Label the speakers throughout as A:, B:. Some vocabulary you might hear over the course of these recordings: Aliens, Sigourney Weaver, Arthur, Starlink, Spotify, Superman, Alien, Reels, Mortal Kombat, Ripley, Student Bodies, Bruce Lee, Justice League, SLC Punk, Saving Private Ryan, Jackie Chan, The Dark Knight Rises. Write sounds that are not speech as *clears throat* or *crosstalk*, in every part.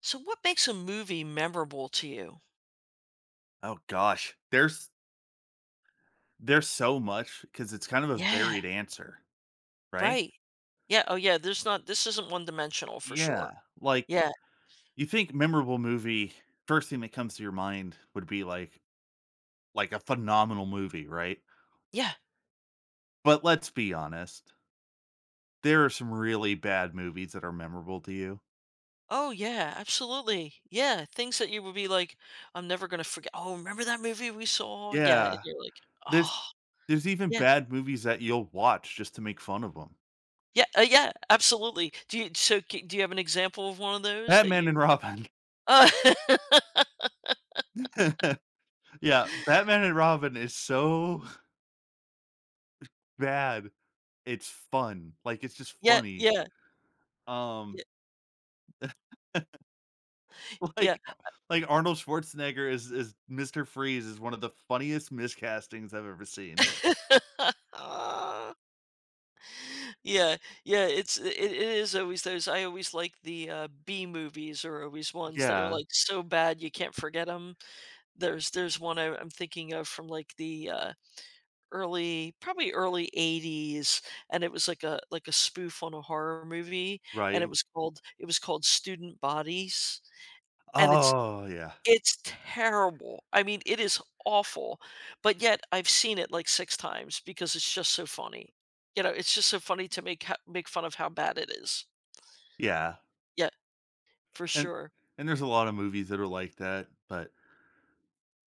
A: So what makes a movie memorable to you?
B: Oh gosh, there's so much because it's kind of a
A: Yeah,
B: varied answer, right?
A: right. Yeah, oh yeah, there's not this isn't one dimensional for
B: Yeah,
A: sure.
B: like,
A: Yeah.
B: you think memorable movie, first thing that comes to your mind would be like a phenomenal movie, right?
A: Yeah.
B: But let's be honest, there are some really bad movies that are memorable to you.
A: Oh yeah, absolutely. Yeah, things that you would be like, I'm never gonna forget. Oh, remember that movie we saw? Yeah, and
B: Yeah,
A: you're like,
B: there's
A: oh
B: there's even
A: yeah,
B: bad movies that you'll watch just to make fun of them.
A: yeah, yeah, absolutely. Do you have an example of one of those that
B: Batman and
A: you?
B: Robin.
A: Uh,
B: *laughs* Yeah, Batman and Robin is so *laughs* bad, it's fun, like, it's just
A: *laughs* yeah,
B: funny.
A: yeah,
B: Um, *laughs*
A: yeah,
B: like like Arnold Schwarzenegger is Mr. Freeze is one of the funniest miscastings I've ever seen.
A: yeah. *laughs* yeah, yeah, it's it is always those. I always like the B movies are always ones that are
B: Yeah,
A: like so bad you can't forget them. There's one I'm thinking of from like the early, probably early 80s, and it was like a spoof on a horror movie, and
B: right.
A: it was called Student Bodies, and
B: Oh, yeah.
A: it's terrible. I mean, it is awful, but yet I've seen it like 6 times because it's just so funny. You know, it's just so funny to make fun of how bad it is.
B: Yeah,
A: Yeah, for
B: and
A: sure.
B: and there's a lot of movies that are like that, but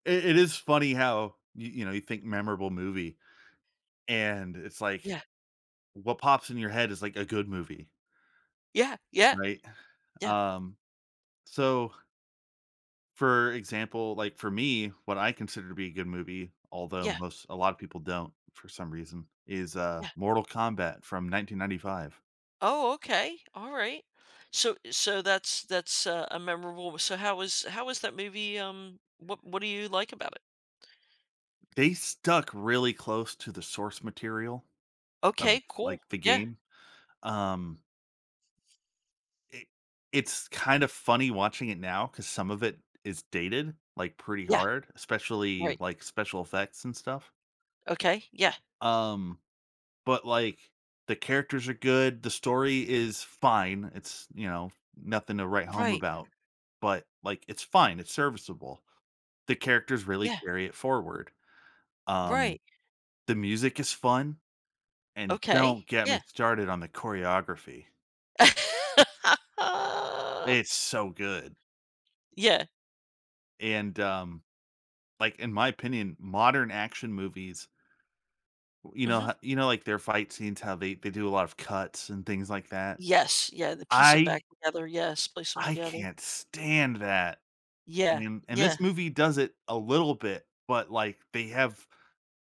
B: it is funny how you know, you think memorable movie, and it's like
A: Yeah,
B: what pops in your head is like a good movie,
A: yeah, yeah,
B: right?
A: yeah,
B: Um, so for example, like, for me, what I consider to be a good movie, although
A: yeah,
B: most a lot of people don't for some reason, is,
A: yeah.
B: Mortal Kombat from 1995.
A: Oh, okay, alright. So a memorable. So how was that movie, what do you like about it?
B: They stuck really close to the source material of,
A: Okay, cool.
B: like, the
A: Yeah,
B: game. Um, it it's kind of funny watching it now because some of it is dated, like, pretty
A: yeah,
B: hard, especially,
A: right.
B: like, special effects and stuff.
A: Okay, yeah,
B: Um but, like, the characters are good, the story is fine, it's, you know, nothing to write home
A: right.
B: about, but, like, it's fine, it's serviceable. The characters really
A: Yeah,
B: carry it forward. Um,
A: right.
B: the music is fun, and
A: Okay,
B: don't get me
A: yeah.
B: started on the choreography.
A: *laughs*
B: It's so good,
A: Yeah.
B: and, like, in my opinion, modern action movies,
A: Mhm.
B: you know, like, their fight scenes, how they do a lot of cuts and things like that?
A: Yes, yeah, the piece them
B: I
A: back together, yes, place them
B: I
A: together.
B: can't stand that.
A: Yeah,
B: And
A: yeah,
B: this movie does it a little bit, but, like, they have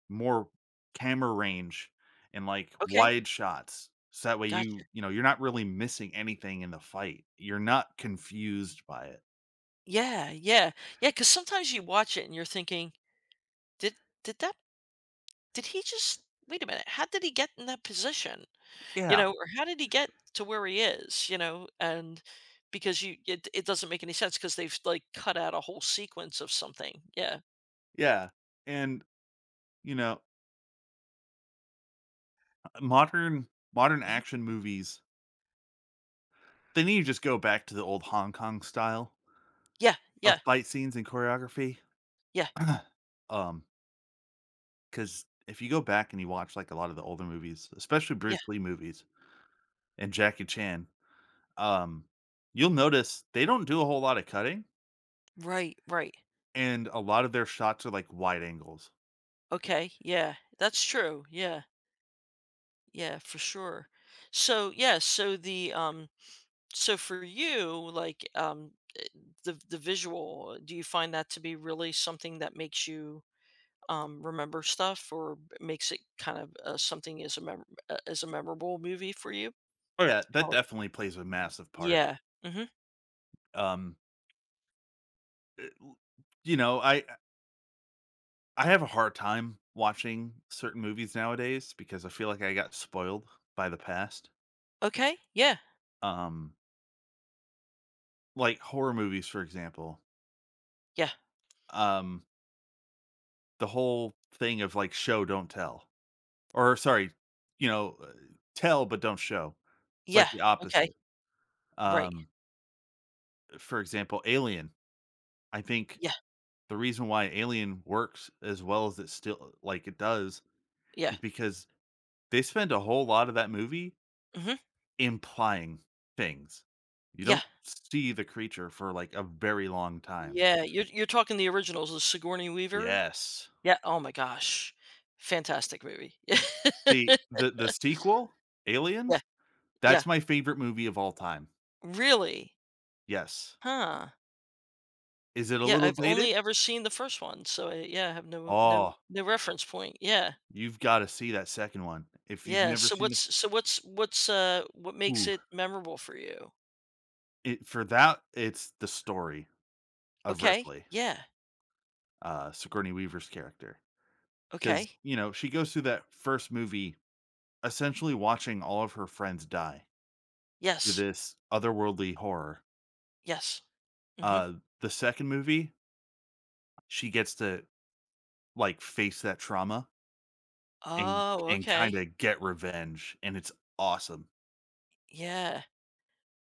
B: more camera range and, like,
A: okay,
B: wide shots, so that way
A: gotcha.
B: you know, you're not really missing anything in the fight. You're not confused by it.
A: Yeah, yeah, yeah. Because sometimes you watch it and you're thinking, "Did did that did he just wait a minute, how did he get in that position?" You
B: Yeah,
A: know, or "How did he get to where he is?" You know, and because you it doesn't make any sense because 'cause they've, like, cut out a whole sequence of something. Yeah.
B: yeah, and, you know, uh, modern modern
A: Mhm.
B: action movies, they need to just go back to the old Hong Kong style
A: Yeah,
B: of
A: yeah,
B: fight scenes and choreography.
A: yeah,
B: *clears throat* Um, because if you go back and you watch, like, a lot of the older movies, especially
A: yeah.
B: Bruce Lee movies and Jackie Chan, um, you'll notice they don't do a whole lot of cutting,
A: Right, right.
B: and a lot of their shots are like wide angles.
A: Okay, yeah, that's true. Yeah, yeah, for sure. So yeah, so the so for you, like, eh, the visual, do you find that to be really something that makes you remember stuff, or makes it kind of something as a mem- as a memorable movie for you?
B: Oh yeah. That
A: How,
B: definitely plays a massive part.
A: yeah. Hmm.
B: Um, it- you know, I have a hard time watching certain movies nowadays because I feel like I got spoiled by the past.
A: Okay. Yeah.
B: Um, like horror movies, for example.
A: Yeah.
B: Um, the whole thing of like show don't tell, or sorry, you know, tell but don't show. It's
A: Yeah.
B: like the
A: Okay.
B: opposite.
A: Right.
B: Um, for example, Alien. I think
A: Yeah.
B: the reason why Alien works as well as it still like it does
A: Yeah.
B: is because they spend a whole lot of that movie
A: Hmm.
B: implying things. You
A: Yeah.
B: don't see the creature for like a very long time.
A: Yeah. You're talking the originals, the Sigourney Weaver.
B: Yes.
A: Yeah, oh my gosh. Fantastic movie. *laughs*
B: See, the sequel,
A: Yeah,
B: Aliens,
A: yeah.
B: that's my favorite movie of all time.
A: Really?
B: Yes.
A: Huh.
B: Is it a
A: Yeah,
B: little
A: I've only
B: dated?
A: ever seen the first one, so, I, yeah, I have no
B: Oh,
A: reference point. Yeah.
B: you've got to see that second one. If you've
A: Yeah,
B: never
A: so
B: seen the
A: what's what makes
B: ooh,
A: it memorable for you?
B: it for that it's the story of
A: Okay,
B: Ripley,
A: yeah,
B: Sigourney Weaver's character. Because,
A: okay.
B: you know, she goes through that first movie essentially watching all of her friends die to
A: Yes,
B: this otherworldly horror.
A: yes. Mhm.
B: Uh, the second movie, she gets to like face that trauma and
A: Oh,
B: and kind
A: okay.
B: of get revenge, and it's awesome.
A: Yeah.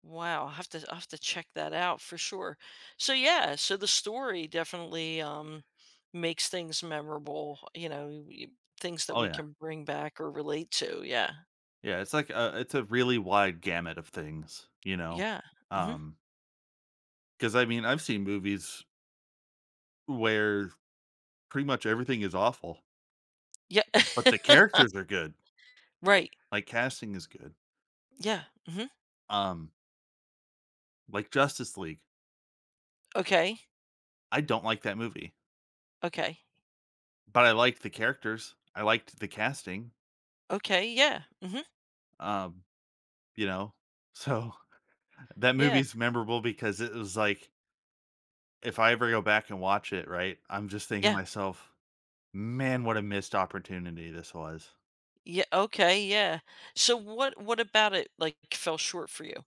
A: Wow, I have to check that out for sure. So yeah, so the story definitely makes things memorable, you know, things that
B: Oh
A: we
B: yeah,
A: can bring back or relate to. Yeah.
B: yeah. It's a really wide gamut of things, you know.
A: Yeah. Mhm.
B: Um, because I mean, I've seen movies where pretty much everything is awful,
A: Yeah.
B: but the
A: *laughs*
B: characters are good.
A: right.
B: Like casting is good.
A: Yeah. Mhm.
B: Um, like Justice League,
A: Okay.
B: I don't like that movie,
A: Okay.
B: but I liked the characters. I liked the casting.
A: Okay. Yeah. Mhm.
B: Um, you know, so *laughs* that
A: Yeah.
B: movie's memorable because it was like if I ever go back and watch it, right, I'm just thinking to
A: Yeah.
B: myself, man, what a missed opportunity this was.
A: Yeah. Okay. Yeah. So what about it like fell short for you?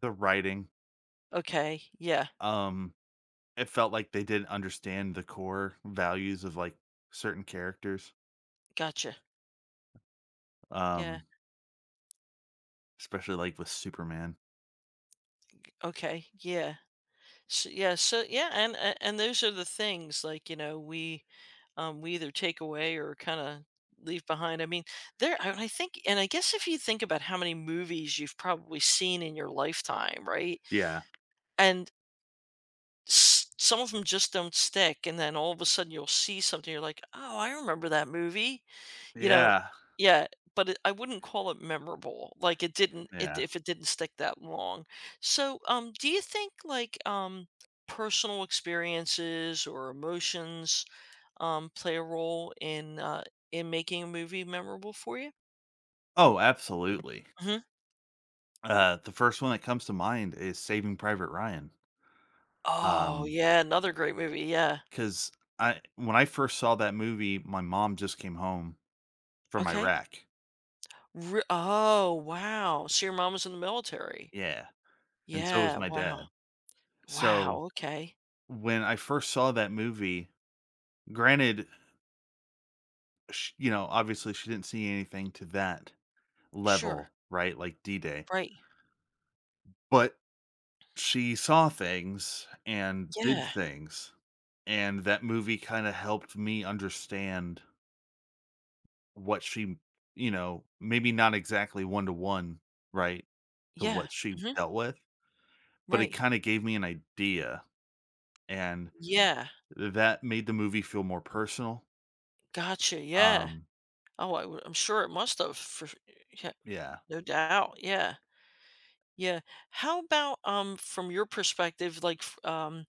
B: The writing,
A: Okay. Yeah.
B: um, it felt like they didn't understand the core values of like certain characters,
A: Gotcha. Yeah.
B: um, especially like with Superman.
A: Okay. Yeah. So, yeah, so yeah, and a- and those are the things, like, you know, we either take away or kind of leave behind. I mean, there I think, and I guess, if you think about how many movies you've probably seen in your lifetime, right?
B: Yeah,
A: And some of them just don't stick, and then all of a sudden you'll see something, you're like, oh, I remember that movie. You know,
B: yeah,
A: yeah, but it I wouldn't call it memorable, like, it
B: yeah.
A: if it didn't stick that long. So, do you think, like, personal experiences or emotions, play a role in making a movie memorable for you?
B: Oh, absolutely.
A: Mhm.
B: The first one that comes to mind is Saving Private Ryan.
A: Oh,
B: Um,
A: yeah, another great movie, yeah.
B: Cause I when I first saw that movie, my mom just came home from
A: Okay.
B: Iraq.
A: Re Oh, wow, so your mom was in the military.
B: Yeah, and so was
A: Yeah,
B: my
A: wow.
B: dad. So,
A: Wow, okay.
B: when I first saw that movie, granted, sh you know, obviously, she didn't see anything to that
A: Sure.
B: level, right? Like D-Day,
A: Right.
B: but she saw things and did
A: Yeah.
B: things, and that movie kinda helped me understand what she, you know, maybe not exactly one to one, right, to
A: Yeah.
B: what she
A: Mhm.
B: dealt with, but it
A: Right.
B: kinda gave me an idea, and
A: Yeah,
B: that made the movie feel more personal,
A: gotcha, yeah.
B: um
A: Oh, I'm sure it must have for yeah,
B: yeah.
A: no doubt, yeah, yeah. How about, from your perspective, like, f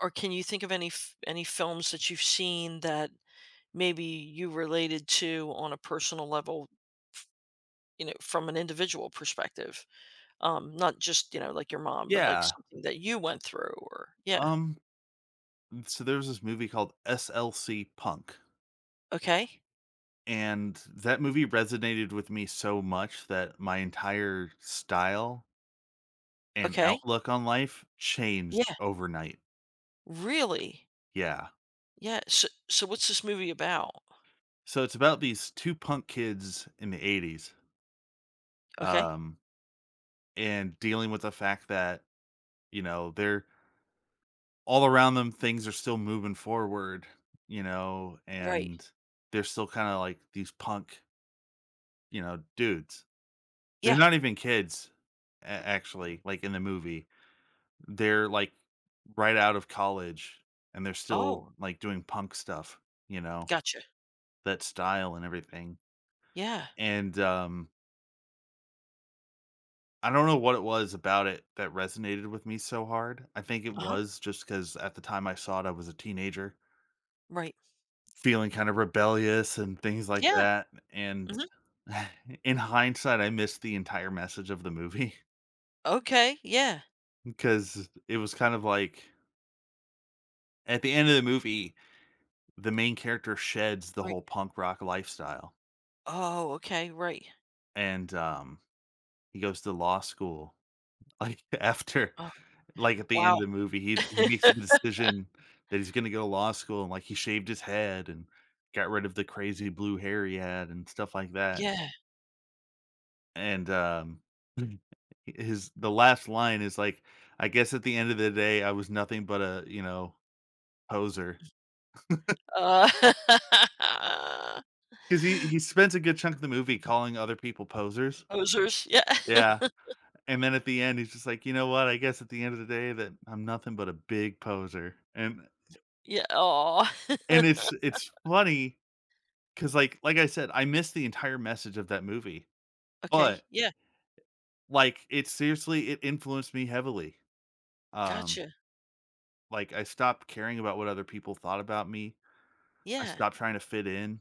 A: or can you think of any films that you've seen that maybe you related to on a personal level, f you know, from an individual perspective? Not just, you know, like your mom, but like
B: Yeah,
A: something that you went through or yeah,
B: um, so there was this movie called SLC Punk,
A: okay,
B: and that movie resonated with me so much that my entire style and
A: okay,
B: outlook on life changed
A: yeah,
B: overnight.
A: really?
B: Yeah.
A: Yeah, so what's this movie about?
B: So it's about these two punk kids in the '80s,
A: Okay.
B: um, and dealing with the fact that, you know, they're, all around them things are still moving forward, you know,
A: Right.
B: and they're still kind of like these punk, you know, dudes. They're
A: Yeah.
B: not even kids, actually, like, in the movie they're like right out of college, and they're still
A: Oh,
B: like doing punk stuff, you know,
A: gotcha.
B: that style and everything.
A: Yeah.
B: And I don't know what it was about it that resonated with me so hard. I think it
A: Uh-huh.
B: was just because at the time I saw it, I was a teenager
A: Right.
B: feeling kind of rebellious and things like
A: Yeah.
B: that, and
A: Mhm.
B: *laughs* in hindsight, I missed the entire message of the movie
A: Okay. Yeah.
B: *laughs* because it was kind of like at the end of the movie, the main character sheds the
A: Right.
B: whole punk rock lifestyle,
A: Oh, okay. Right.
B: and, he goes to law school, *laughs* like, after.
A: Oh,
B: Like, at the end of
A: wow.
B: the movie, he makes the decision that he's gonna go to law school, and, like, he shaved his head and got rid of the crazy blue hair he had and stuff like that,
A: Yeah.
B: and, *laughs* his the last line is like, "I guess at the end of the day, I was nothing but a, you know, poser,"
A: Uh,
B: because he
A: *laughs*
B: spends a good chunk of the movie calling other people posers.
A: Posers. Yeah.
B: Yeah,
A: *laughs*
B: and then at the end, he's just like, "You know what? I guess at the end of the day that I'm nothing but a big poser." And
A: Yeah. Oh.
B: it's funny 'cause, like I said, I missed the entire message of that movie,
A: Okay.
B: but,
A: Yeah.
B: like, it seriously it influenced me heavily. Um,
A: Gotcha.
B: like, I stopped caring about what other people thought about me. I
A: Yeah.
B: stopped trying to fit in,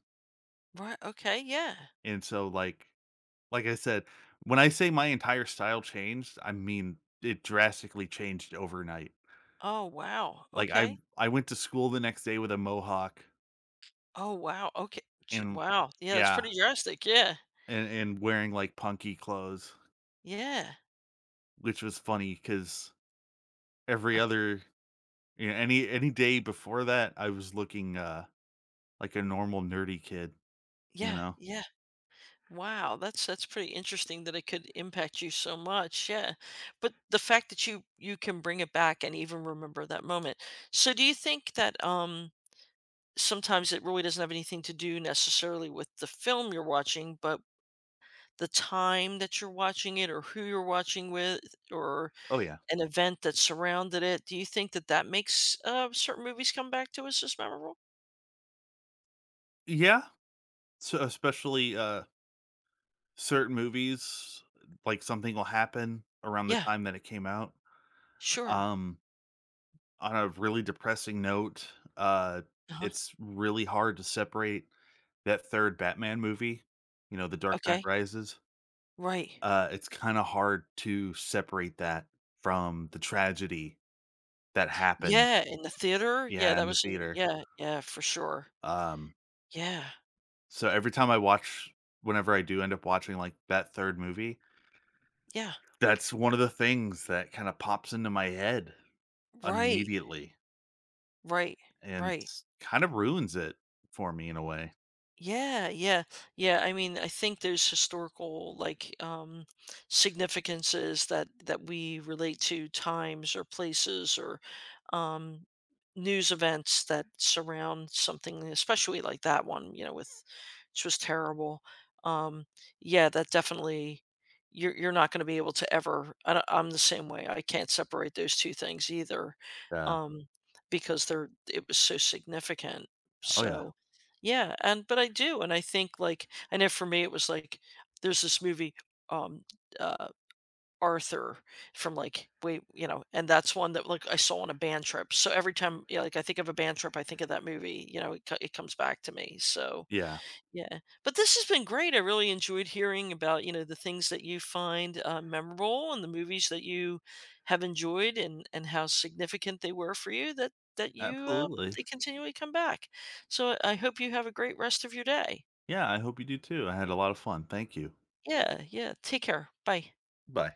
A: Right. Okay. Yeah.
B: and so, like I said, when I say my entire style changed, I mean, it drastically changed overnight.
A: Oh, wow.
B: Like,
A: Okay.
B: I went to school the next day with a mohawk
A: Oh, wow. Okay. Gee,
B: and
A: wow. Yeah. That's
B: yeah,
A: pretty drastic. Yeah.
B: and wearing, like, punky clothes,
A: Yeah.
B: which was funny because
A: Uh,
B: every other. Yeah, any day before that, I was looking, like a normal nerdy kid, you
A: yeah.
B: know?
A: Yeah. Wow, that's pretty interesting that it could impact you so much. Yeah. But the fact that you can bring it back and even remember that moment. So do you think that sometimes it really doesn't have anything to do necessarily with the film you're watching, but the time that you're watching it or who you're watching with, or
B: Oh, yeah.
A: an event that surrounded it? Do you think that that makes certain movies come back to us as memorable?
B: Yeah, so especially, certain movies, like, something will happen around the
A: Yeah,
B: time that it came out.
A: sure.
B: Um, on a really depressing note, uh,
A: Uh-huh.
B: it's really hard to separate that 3rd Batman movie, you know, The Dark Knight
A: Okay.
B: Rises.
A: Right.
B: It's kinda hard to separate that from the tragedy that happened.
A: Yeah, in the theater? Yeah,
B: Yeah,
A: that
B: in the
A: was in,
B: theater.
A: yeah, yeah, for sure.
B: Um
A: Yeah,
B: So every time I watch, whenever I do end up watching, like, that 3rd movie,
A: yeah.
B: that's one of the things that kinda pops into my head
A: Right,
B: immediately,
A: right,
B: and
A: right.
B: s kind of ruins it for me in a way.
A: Yeah, yeah. Yeah, I mean, I think there's historical, like, significances that we relate to times or places or um news events that surround something, especially like that one, you know, with which was terrible. Um, yeah, that definitely you're not going to be able to ever. I, don't- I'm the same way. I can't separate those two things either.
B: Yeah.
A: Um, because they're it was so significant.
B: Oh, yeah.
A: So, yeah, and but I do, and I think, like, I know for me it was, like, there's this movie, um, uh, Arthur, from, like, wait, you know, and that's one that, like, I saw on a band trip, so every time, yeah, like, I think of a band trip, I think of that movie, you know, it co it comes back to me, so
B: Yeah.
A: yeah, but this has been great. I really enjoyed hearing about, you know, the things that you find, memorable and the movies that you have enjoyed and how significant they were for you that you,
B: Absolutely.
A: they continually come back. So I hope you have a great rest of your day.
B: Yeah, I hope you do too. I had a lot of fun. Thank you.
A: Yeah, yeah, take care. Bye.
B: Bye.